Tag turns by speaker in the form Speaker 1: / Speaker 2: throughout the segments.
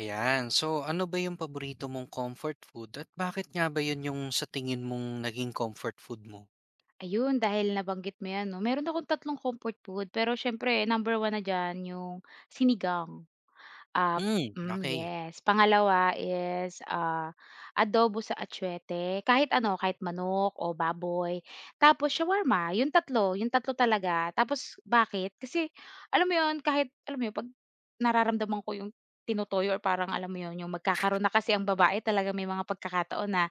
Speaker 1: Ayan. So, ano ba yung paborito mong comfort food at bakit nga ba yun yung sa tingin mong naging comfort food mo?
Speaker 2: Ayun, dahil nabanggit mo 'yan 'no, meron akong tatlong comfort food pero siyempre number one na diyan yung sinigang. Ah,
Speaker 1: Hmm,
Speaker 2: hmm,
Speaker 1: okey.
Speaker 2: yes. Pangalawa is, adobo sa atsuwete, kahit ano, kahit manok o baboy. Tapos shawarma, yung tatlo talaga. Tapos bakit? Kasi alam mo yun, kahit alam mo yun, 'pag nararamdaman ko yung tinutoyo or parang alam mo yun, yung magkakaroon na kasi ang babae talaga may mga pagkakataon na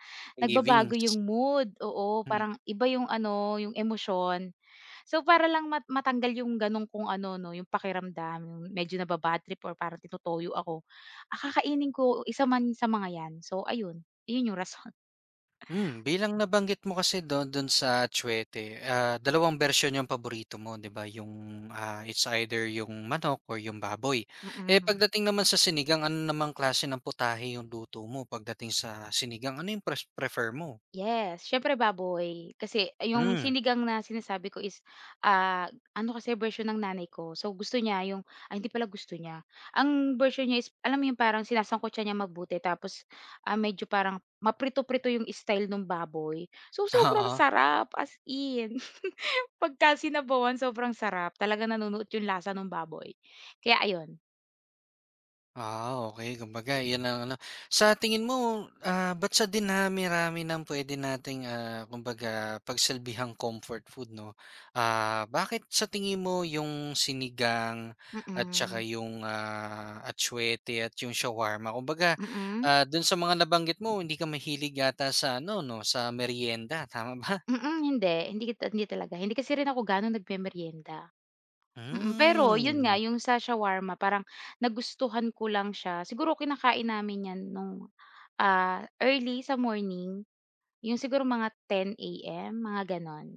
Speaker 2: nagbabago yung
Speaker 1: Cravings.
Speaker 2: mood, oo.
Speaker 1: Hmm.
Speaker 2: Parang iba yung ano, yung emosyon. So, para lang matanggal yung gano'n kung ano 'no, yung pakiramdam, yung medyo naba-bad trip or parang tinutoyo ako, ah, ko isa man sa mga 'yan. So ayun, iyon yung rason.
Speaker 1: Hmm, bilang nabanggit mo kasi dun dun sa Tsuete, dalawang version yung paborito mo, 'di ba? Yung, it's either yung manok or yung baboy. Eh,
Speaker 2: Mm.
Speaker 1: pagdating naman sa sinigang, ano namang klase ng putahe yung luto mo pagdating sa sinigang? Ano yung prefer mo?
Speaker 2: Yes, siyempre baboy. Kasi yung
Speaker 1: Hmm,
Speaker 2: sinigang na sinasabi ko is, ano kasi version ng nanay ko. So gusto niya yung ay hindi pala gusto niya, ang version niya is alam mo yung parang sinasangkutsan niya mabuti tapos, medyo parang maprito-prito yung style ng baboy. So sobrang
Speaker 1: oo.
Speaker 2: sarap, as in. Pagka sinabawan sobrang sarap, talagang nanunuot yung lasa nung baboy, kaya ayun.
Speaker 1: Ah, okay. Kumbaga 'yan ang ano sa tingin mo, ba't sa dinami-rami ng puwede nating, kumbaga pagsilbihang comfort food 'no, bakit sa tingin mo yung sinigang at saka
Speaker 2: Mm,
Speaker 1: yung, atchwete at yung shawarma kumbaga,
Speaker 2: mm.
Speaker 1: dun sa mga nabanggit mo hindi ka mahilig yata sa ano 'no, sa merienda tama ba?
Speaker 2: Mm, hindi, hindi kita hindi talaga, hindi kasi rin ako gaano nagmemeryenda. Mm, pero yun nga
Speaker 1: Hmm.
Speaker 2: yung sa shawarma parang nagustuhan ko lang siya, siguro kinakain namin 'yan nung, early sa morning, yung siguro mga 10:00 AM, mga gano'n.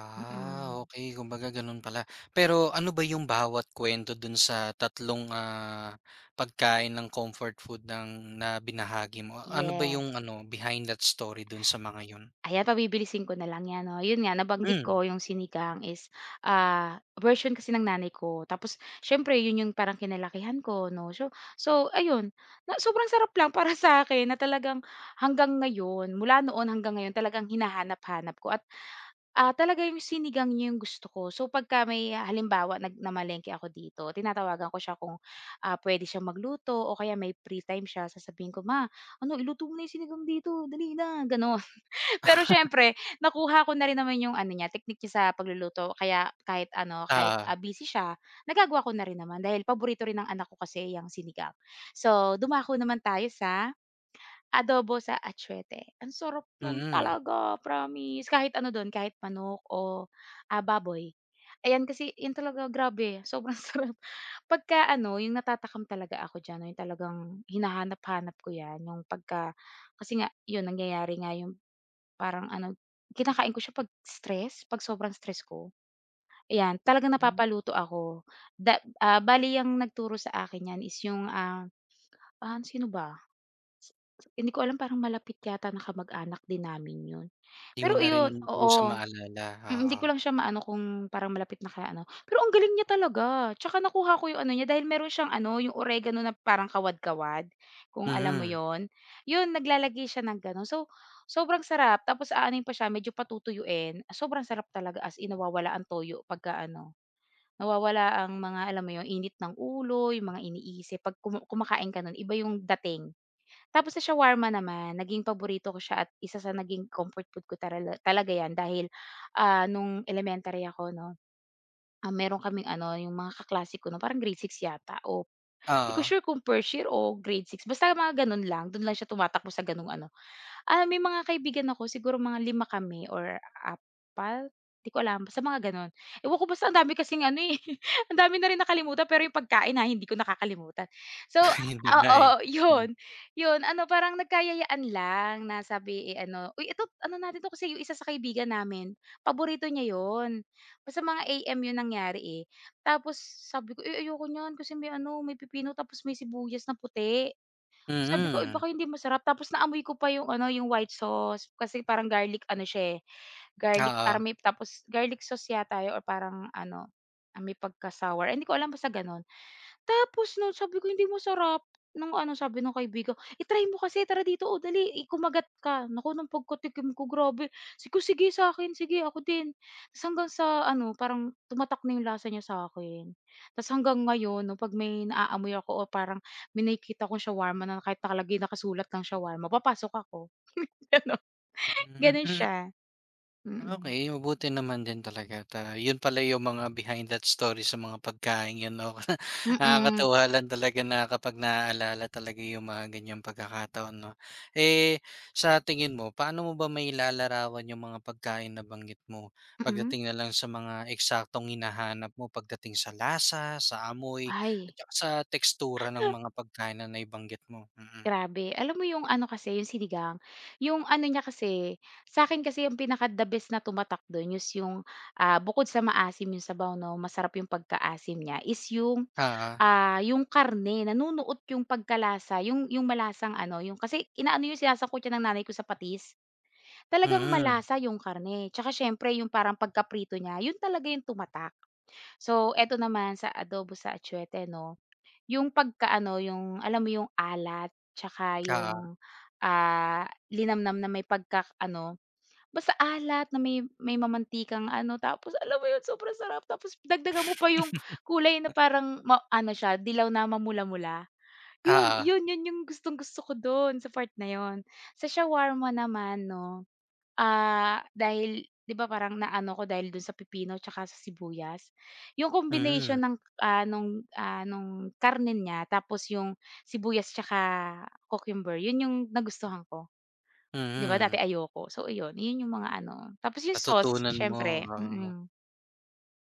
Speaker 1: Ah,
Speaker 2: Mm,
Speaker 1: okey, kumbaga gano'n pala. Pero ano ba yung bawat kwento dun sa tatlong, pagkain ng comfort food ng na binahagi mo? Ano ba yung
Speaker 2: yes.
Speaker 1: ano, behind that story dun sa mga yun?
Speaker 2: Ayan, pabibilisin ko na lang 'yan 'no. 'Yun nga nabanggit
Speaker 1: Hmm,
Speaker 2: ko yung sinigang is, version kasi ng nanay ko tapos siyempre 'yun yung parang kinalakihan ko 'no. So ayun, na sobrang sarap lang para sa akin na talagang hanggang ngayon, mula noon hanggang ngayon talagang hinahanap-hanap ko at, talaga yung sinigang niya yung gusto ko. So pagka may halimbawa namalengke ako dito, tinatawagan ko siya kung, puwede siyang magluto o kaya may free time siya sasabihin ko, "Ma, ano iluto mo na yung sinigang dito, dali na." gano'n. Pero siyempre nakuha ko na rin naman yung ano niya teknik niya sa pagluluto kaya kahit ano, kahit,
Speaker 1: oo,
Speaker 2: busy siya, nagagawa ko na rin naman dahil paborito rin ng anak ko kasi yung sinigang. So, dumako naman tayo sa adobo sa atchwete. Ang sarap nun
Speaker 1: mm.
Speaker 2: talaga, promise. Kahit ano dun, kahit manok o, baboy. Ayan kasi yun talaga grabe sobrang sarap. Pagka ano yung natatakam talaga ako diyan, yung talagang hinahanap-hanap ko yan yung pagka kasi nga yun nangyayari nga yung parang ano, kinakain ko siya 'pag stress, 'pag sobrang stress ko, ayan. Talagang
Speaker 1: Hmm,
Speaker 2: napapaluto ako. Bali ang nagturo sa akin niyan is yung, sino ba? S- Hindi ko alam, parang malapit yata na kamag-anak din namin yun.
Speaker 1: di mo
Speaker 2: Pero
Speaker 1: na rin
Speaker 2: iyon
Speaker 1: lubusang
Speaker 2: oo.
Speaker 1: maalala,
Speaker 2: Mm,
Speaker 1: oo.
Speaker 2: hindi ko lang siya maano kung parang malapit na kaya ano. Pero ang galing niya talaga, tsaka nakuha ko yung ano niya dahil meron siyang ano, yung oregano na parang kawad-kawad, kung alam mo
Speaker 1: Mm,
Speaker 2: yon. Naglalagay siya ng gano'n. So, sobrang sarap tapos aanuhin pa siya, medyo patutuyuin. Sobrang sarap talaga as in nawawala ang toyo pagka-ano, nawawala ang mga alam mo yun, init ng ulo, yung mga iniisip. 'Pag kumakain ka nun, iba yung dating. Tapos sa shawarma naman, naging paborito ko siya at isa sa naging comfort food ko tarala talaga 'yan dahil, nung elementary ako 'no, meron kaming ano, yung mga kaklase ko nun parang grade 6 yata o 'di ko
Speaker 1: oo.
Speaker 2: sure kung first year o grade six basta mga gano'n lang, do'n lang siya tumatakbo sa gano'ng ano. May mga kaibigan ako siguro mga lima kami or 4, 'di ko alam basta mga gano'n. Ewan ko basta ang dami kasing ano, eh, ang dami na rin nakalimutan pero 'yung pagkain, ha, hindi ko nakakalimutan. So
Speaker 1: Yun na nga
Speaker 2: oo,
Speaker 1: eh. Hmm,
Speaker 2: 'yun ano parang nagkayayaan lang na sabi, eh, ano, "Uy ito ano natin 'to," kasi 'yung isa sa kaibigan namin paborito niya 'yun. Basta mga AM 'yun nangyari, eh. Tapos sabi ko, "Eh, ayoko niyan kasi may ano, may pipino tapos may sibuyas na puti." Sabi ko, "Eh,
Speaker 1: mm,
Speaker 2: baka hindi masarap." Tapos naamoy ko pa yung ano, yung white sauce kasi parang garlic ano siya, eh, garlic
Speaker 1: oo.
Speaker 2: parang may tapos garlic sauce yata yun or parang ano, may pagka-sour, hindi ko alam basta gano'n. Tapos nun sabi ko, "Hindi masarap." Nung ano sabi nung kaibigan, "I-try mo kasi, tara dito, oh, dali, kumagat ka." Naku, nung pagkatikim ko grabe, sabi ko, "Sige sa'kin, sige ako din." Tas hanggang sa ano, parang tumatak na yung lasa niya sa'kin. Tas hanggang ngayon 'no, 'pag may naaamoy ako o parang may nakikita akong shawarma na kahit nakalagay, nakasulat lang shawarma, papasok ako, gano'n. Gano'n
Speaker 1: Hmm.
Speaker 2: siya, mm.
Speaker 1: Okay, mabuti naman din talaga ta. Yun pala yung mga behind that story sa mga pagkain yun 'no.
Speaker 2: Mm,
Speaker 1: Nakakatuwa lang talaga na kapag naaalala talaga yung mga ganyang pagkakataon 'no. Eh, sa tingin mo paano mo ba may lalarawan yung mga pagkain na banggit mo?
Speaker 2: mm.
Speaker 1: Pagdating na lang sa mga eksaktong hinahanap mo pagdating sa lasa, sa amoy, at
Speaker 2: Ay.
Speaker 1: tsaka sa tekstura ng mga pagkain na naibanggit mo? Mm.
Speaker 2: Grabe, alam mo yung ano kasi, yung sinigang, yung ano niya kasi, sa akin kasi yung pinaka the best na tumatak dun is yung, bukod sa maasim yung sabaw 'no, masarap yung pagkaasim niya is yung,
Speaker 1: Oo.
Speaker 2: yung karne nanunuot yung pagkalasa, yung malasang ano, yung kasi inaano yung sinasangkot niya ng nanay ko sa patis, talagang
Speaker 1: Mm.
Speaker 2: malasa yung karne. Tsaka siyempre yung parang pagkaprito niya, yun talaga yung tumatak. So eto naman sa adobo sa atchwete 'no, yung pagkaano yung alam mo yung alat, tsaka
Speaker 1: Oo.
Speaker 2: yung, linamnam na may pagka-ano, basta alat na may mamantikang ano, tapos alam mo yun sobrang sarap tapos dagdagan mo pa yung kulay na parang ano siya, dilaw na mamula-mula. Yun,
Speaker 1: Oo.
Speaker 2: yun, yun yung gustong-gusto ko dun sa part na yun. Sa shawarma naman 'no. Dahil 'di ba parang naano ko dahil dun sa pipino tsaka sa sibuyas, yung
Speaker 1: Mm.
Speaker 2: combination ng, nung karne niya tapos yung sibuyas tsaka cucumber yun yung nagustuhan ko. 'Di ba dati
Speaker 1: Mm,
Speaker 2: ayoko, so iyon, yun yung mga ano tapos yung sauce
Speaker 1: natutunan mo,
Speaker 2: siyempre,
Speaker 1: oo.
Speaker 2: mm,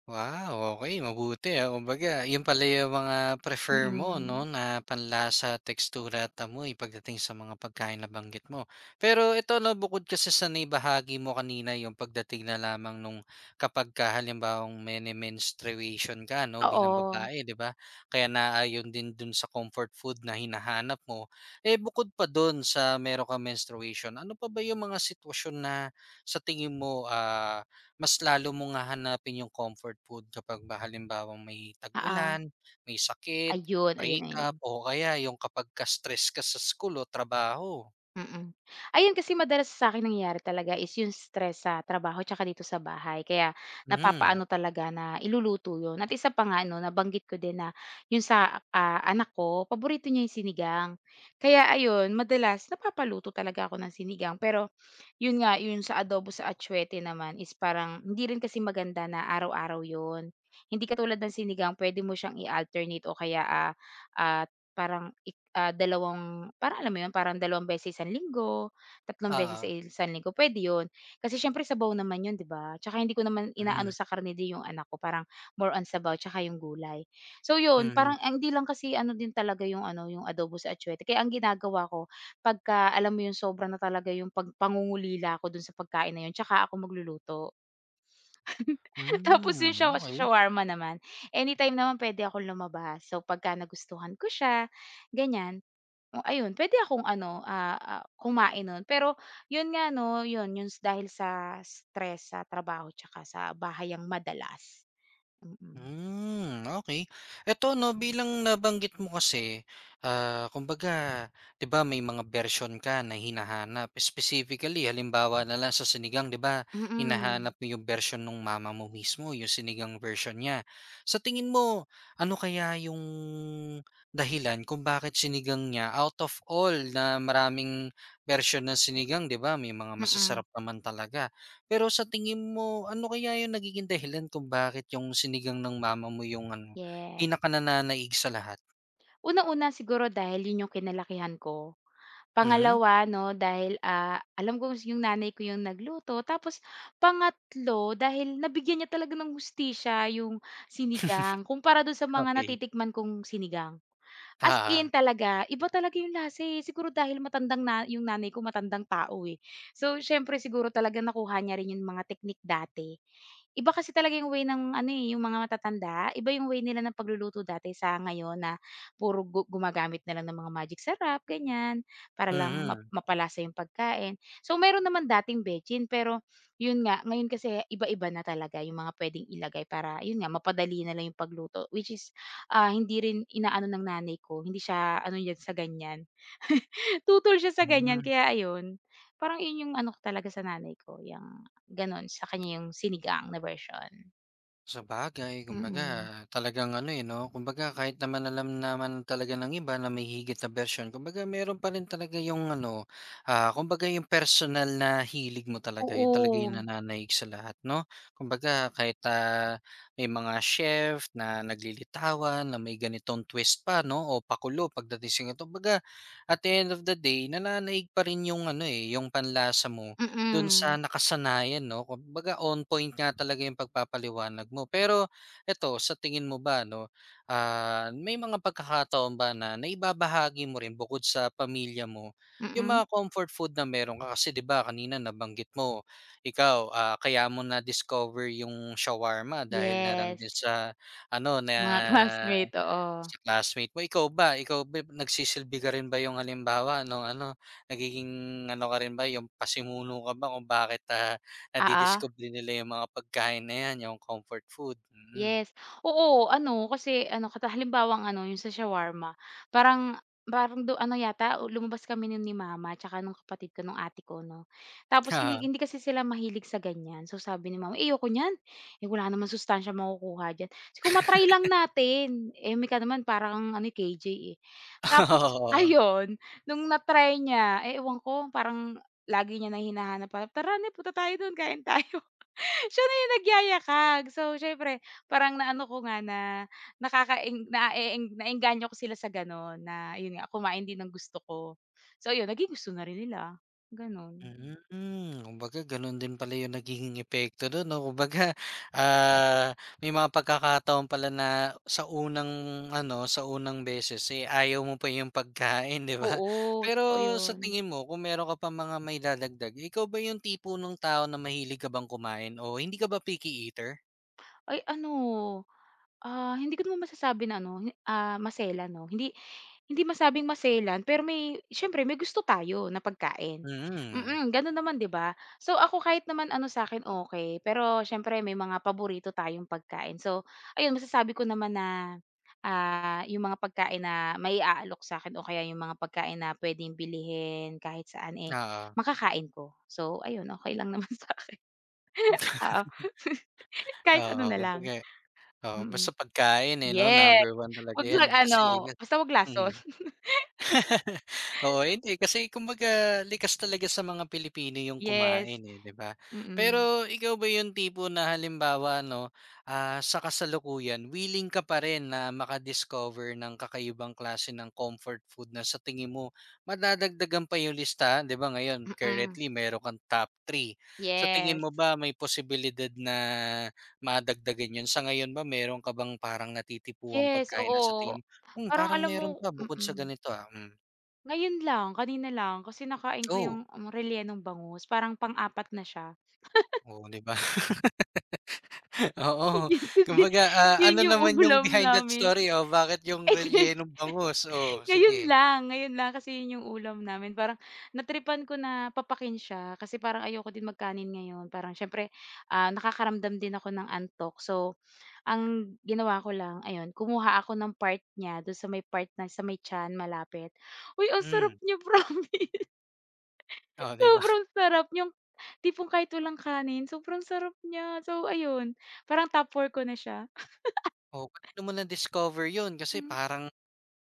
Speaker 1: Wow, okay, mabuti, ah. Kumbaga yun pala yung mga prefer mo 'no,
Speaker 2: mm.
Speaker 1: na panlasa, tekstura at amoy pagdating sa mga pagkain na banggit mo. Pero ito 'no, bukod kasi sa naibahagi mo kanina yung pagdating na lamang nung kapagka halimbawang may menstruation ka 'no, bilang
Speaker 2: Oo,
Speaker 1: babae 'di ba? Kaya naaayon din dun sa comfort food na hinahanap mo. Eh, bukod pa dun sa meron kang menstruation, ano pa ba yung mga sitwasyon na sa tingin mo, mas lalo mong hahanapin yung comfort food kapag ba halimbawang may
Speaker 2: oo,
Speaker 1: tag-ulan, may sakit,
Speaker 2: ayun, ayun, ayun.
Speaker 1: breakup o kaya yung kapagka stress ka sa school o trabaho.
Speaker 2: Mm. Ayun, kasi madalas sa akin nangyayari talaga is yung stress sa trabaho tsaka dito sa bahay kaya
Speaker 1: Hmm,
Speaker 2: napapaano talaga na iluluto yun at isa pa nga 'no, nabanggit ko din na yung sa, anak ko paborito niya yung sinigang. Kaya ayun, madalas napapaluto talaga ako ng sinigang pero yun nga, yun sa adobo sa atchwete naman is parang hindi rin kasi maganda na araw-araw yun. Hindi katulad ng sinigang pwede mo siyang i-alternate o kaya, ah, parang dalawang parang alam mo yun, parang dalawang beses isang linggo, tatlong beses sa
Speaker 1: oo.
Speaker 2: isang linggo, pwede yun. Kasi siyempre sabaw naman yun, 'di ba? Tsaka hindi ko naman inaano
Speaker 1: Mhm,
Speaker 2: sa karne din yung anak ko, parang more on sabaw tsaka yung gulay. So yun,
Speaker 1: mm.
Speaker 2: parang ang hindi lang kasi ano din talaga yung ano, yung adobo sa atchwete kaya ang ginagawa ko pagka alam mo 'yun sobra na talaga 'yung pag pangungulila ko dun sa pagkain na 'yun tsaka ako magluluto. Tapos 'yung
Speaker 1: Hmm, okay.
Speaker 2: shawarma naman, anytime naman pwede akong lumabas. So pagka nagustuhan ko siya, ganiyan, o ayun pwede akong ano, kumain nun. Pero 'yun nga 'no, 'yun 'yun s- dahil sa stress sa trabaho tsaka sa bahay ang madalas. Mm.
Speaker 1: Hmm, okay. Eto 'no, bilang nabanggit mo kasi, kumbaga 'di ba may mga version ka na hinahanap. Specifically halimbawa na lang sa sinigang 'di ba,
Speaker 2: Mm.
Speaker 1: hinahanap mo yung version ng mama mo mismo, yung sinigang version niya. Sa tingin mo, ano kaya yung dahilan kung bakit sinigang niya out of all na maraming version ng sinigang 'di ba, may mga
Speaker 2: Mm.
Speaker 1: masasarap naman talaga. Pero sa tingin mo, ano kaya yung nagiging dahilan kung bakit yung sinigang ng mama mo yung ano,
Speaker 2: Yes.
Speaker 1: pinakanananaig sa lahat?
Speaker 2: Unang-una siguro dahil 'yun 'yung kinalakihan ko.
Speaker 1: Mhm.
Speaker 2: Pangalawa 'no, dahil, alam ko yung nanay ko yung nagluto. Tapos pangatlo, dahil nabigyan niya talaga ng hustisya yung sinigang kumpara dun sa mga
Speaker 1: Okey.
Speaker 2: natitikman kong sinigang. As
Speaker 1: Oo.
Speaker 2: in talaga, iba talaga yung lasa, eh. Siguro dahil matandang na yung nanay ko matandang tao, eh. So, siyempre siguro talaga nakuha niya rin yung mga teknik dati. Iba kasi talaga yung way ng ano, eh, yung mga matatanda, iba yung way nila ng pagluluto dati sa ngayon na puro gumagamit na lang ng mga magic sarap, ganyan. Para lang
Speaker 1: Mhm.
Speaker 2: mapalasa yung pagkain. So, meron naman dating betchin pero yun nga, ngayon kasi iba-iba na talaga yung mga pwedeng ilagay para yun nga, mapadali na lang yung pagluto. Which is, hindi rin inaano ng nanay ko, hindi siya ano yan sa ganyan, tutol siya sa ganyan
Speaker 1: Hmm.
Speaker 2: kaya ayun, parang yun yung ano ko talaga sa nanay ko, yung gano'n, sa kanya yung sinigang na version.
Speaker 1: Sabagay, kumbaga
Speaker 2: Mm.
Speaker 1: talagang ano, eh, 'no, kumbaga kahit naman alam naman talaga ng iba na may higit na bersyon, kumbaga meron pa rin talaga yung ano, kumbaga yung personal na hilig mo talaga, yun talaga yung
Speaker 2: Oo.
Speaker 1: nananaig sa lahat, 'no? Kumbaga kahit, may mga chef na naglilitawan na may ganitong twist pa, 'no, o pakulo pagdating sa ganito. Kumbaga at the end of the day, nananaig pa rin yung ano, eh, yung panlasa mo. Dun sa
Speaker 2: Mm.
Speaker 1: nakasanayan 'no, kumbaga on point nga talaga yung pagpapaliwanag mo. Pero eto, sa tingin mo ba 'no, may mga pagkakataon ba na naibabahagi mo rin bukod sa pamilya mo, yung
Speaker 2: Mm.
Speaker 1: mga comfort food na meron ka? Kasi 'di ba kanina nabanggit mo, ikaw, kaya mo na-discover yung shawarma dahil na lang
Speaker 2: Yes,
Speaker 1: din sa ano na
Speaker 2: mga classmate, oo.
Speaker 1: sa classmate mo. Ikaw ba nagsisilbi ka rin ba yung halimbawa ano ano, nagiging ano ka rin ba, yung pasimuno ka ba kung bakit,
Speaker 2: Oo.
Speaker 1: nadidiskubre nila yung mga pagkain na yan, yung comfort food? Mm.
Speaker 2: Yes. Oo, ano kasi ano kata halimbawang ano yung sa shawarma, parang parang ano yata o lumabas kami nun ni mama tsaka nung kapatid ko nung ate ko 'no. Tapos hindi
Speaker 1: Oo.
Speaker 2: hindi kasi sila mahilig sa ganyan. So sabi ni mama, "Eh, ayoko niyan, eh, wala naman sustansya makukuha diyan." Sabi ko, ma lang natin." Eh, kami ka naman parang ano, eh, KJ, eh. Tapos
Speaker 1: oo.
Speaker 2: ayun, nung na-try niya, eh, ewan ko parang lagi niya na hinahanap pa, "Tara na, punta tayo dun, kain tayo." Siya na yung nagyayakag. So, siyempre parang naano ko nga na nakakaeng naeeng naengganyo ko sila sa gano'n na yun nga, kumain din ng gusto ko. So ayun, naging gusto na rin nila, gano'n.
Speaker 1: Mm, kumbaga gano'n din pala yung nagiging epekto do'n 'no, kumbaga, ah, may mga pagkakataon pala na sa unang ano, sa unang beses, eh, ayaw mo pa yung pagkain 'di ba?
Speaker 2: Oo, totoo
Speaker 1: Pero sa
Speaker 2: yun.
Speaker 1: tingin mo kung meron ka pang mga maidadagdag, ikaw ba yung tipo ng tao na mahilig ka bang kumain o hindi ka ba picky eater?
Speaker 2: Ay ano, hindi ko naman masasabi na ano, masela 'no, hindi Hindi masabing maselan pero may siyempre may gusto tayo na pagkain.
Speaker 1: Mm,
Speaker 2: Mm, gano'n naman 'di ba? So ako kahit naman ano sa'kin okey, pero siyempre may mga paborito tayong pagkain. So ayun masasabi ko naman na, yung mga pagkain na mai-aalok sa'kin o kaya yung mga pagkain na puwedeng bilhin kahit saan, eh,
Speaker 1: oo,
Speaker 2: makakain ko. So ayun, okey lang naman sa'kin. Oo, kahit ano
Speaker 1: oo,
Speaker 2: na lang,
Speaker 1: kumbaga oo, basta
Speaker 2: mm.
Speaker 1: pagkain, eh, 'no,
Speaker 2: Yes,
Speaker 1: number one talaga
Speaker 2: 'wag
Speaker 1: 'yan
Speaker 2: lang
Speaker 1: kasi
Speaker 2: ano,
Speaker 1: ligat
Speaker 2: basta 'wag
Speaker 1: mm.
Speaker 2: lason.
Speaker 1: Oo, hindi kasi kumbaga likas talaga sa mga Pilipino yung
Speaker 2: Yes,
Speaker 1: kumain, eh, 'di ba?
Speaker 2: mm.
Speaker 1: Pero ikaw ba yung tipo na halimbawa 'no, sa kasalukuyan willing ka pa rin na makadiscover ng kakaibang klase ng comfort food na sa tingin mo madadagdagan pa yung lista, 'di ba ngayon
Speaker 2: Mm,
Speaker 1: currently meron kang top three. Sa tingin
Speaker 2: yes.
Speaker 1: mo ba may posibilidad na madagdagan yun? Sa ngayon ba meron ka bang parang natitipuang
Speaker 2: Yes,
Speaker 1: pagkain na sa
Speaker 2: oo.
Speaker 1: tingin mo, "Hmm,
Speaker 2: Parang
Speaker 1: parang
Speaker 2: alam mo
Speaker 1: meron pa bukod sa
Speaker 2: mm.
Speaker 1: ganito, ah." Hmm.
Speaker 2: Ngayon lang, kanina lang kasi nakain ko yung,
Speaker 1: Oh,
Speaker 2: rellenong bangus parang pang-apat na siya.
Speaker 1: oo, 'di ba? Oo,
Speaker 2: Yun kasi
Speaker 1: kumbaga,
Speaker 2: yun
Speaker 1: ano
Speaker 2: yung
Speaker 1: naman yung
Speaker 2: ulam
Speaker 1: behind that
Speaker 2: namin.
Speaker 1: story o bakit yung
Speaker 2: Eh, di
Speaker 1: rellenong bangus? Oh, sige.
Speaker 2: Ngayon lang kasi yun yung ulam namin parang natripan ko na papakin siya kasi parang ayoko din magkanin ngayon parang siyempre, nakakaramdam din ako ng antok so, ang ginawa ko lang ayun kumuha ako ng part niya dun sa may part na sa may tiyan malapit. Uy ang sarap
Speaker 1: Hmm,
Speaker 2: niya promise,
Speaker 1: oh, 'di ba?
Speaker 2: sobrang sarap yung tipong kahit walang kanin sobrang sarap niya so ayun, parang top 4 ko na siya.
Speaker 1: Oh, paano mo na-discover yun? Kasi
Speaker 2: Hmm,
Speaker 1: parang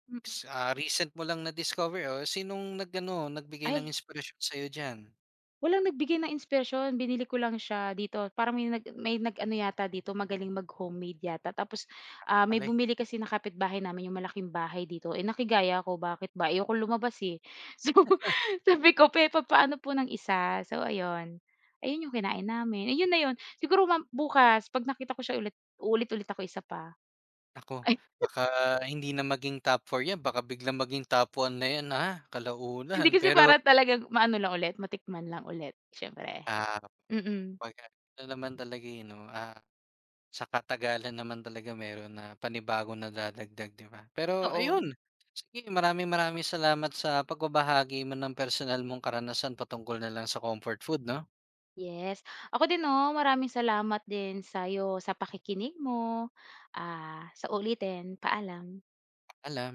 Speaker 2: mm.
Speaker 1: recent mo lang na-discover o sinong nagbigay ng
Speaker 2: Ay
Speaker 1: inspirasyon sa'yo diyan?
Speaker 2: Walang nagbigay ng inspirasyon, binili ko lang siya dito. Parang may nag-ano yata dito, magaling mag-homemade yata. Tapos, may
Speaker 1: Alay,
Speaker 2: bumili kasi na kapitbahay namin, yung malaking bahay dito. Eh, nakigaya ako, bakit ba? Ayokong lumabas, eh. So, sabi ko, "Pe, papaano po ng isa?" So, ayun. Ayun yung kinain namin, ayun na yun. Siguro bukas 'pag nakita ko siya ulit, ulit ulit ako isa pa.
Speaker 1: ako
Speaker 2: Ay,
Speaker 1: baka hindi na maging top 4 yan, baka biglang maging top 1 na yan, ha, kalaunan.
Speaker 2: hindi kasi
Speaker 1: Pero,
Speaker 2: para talagang maano lang ulit, matikman lang ulit, siyempre.
Speaker 1: ah,
Speaker 2: Mm,
Speaker 1: pag ano naman talaga, yun 'no, Sa katagalan naman talaga meron na panibago na dadagdag 'di ba? Pero
Speaker 2: oo.
Speaker 1: ayun, sige maraming-maraming salamat sa pagbabahagi mo ng personal mong karanasan patungkol na lang sa comfort food 'no?
Speaker 2: Yes. Ako din 'no, maraming salamat din sa'yo sa pakikinig mo. Sa uulitin, paalam.
Speaker 1: alam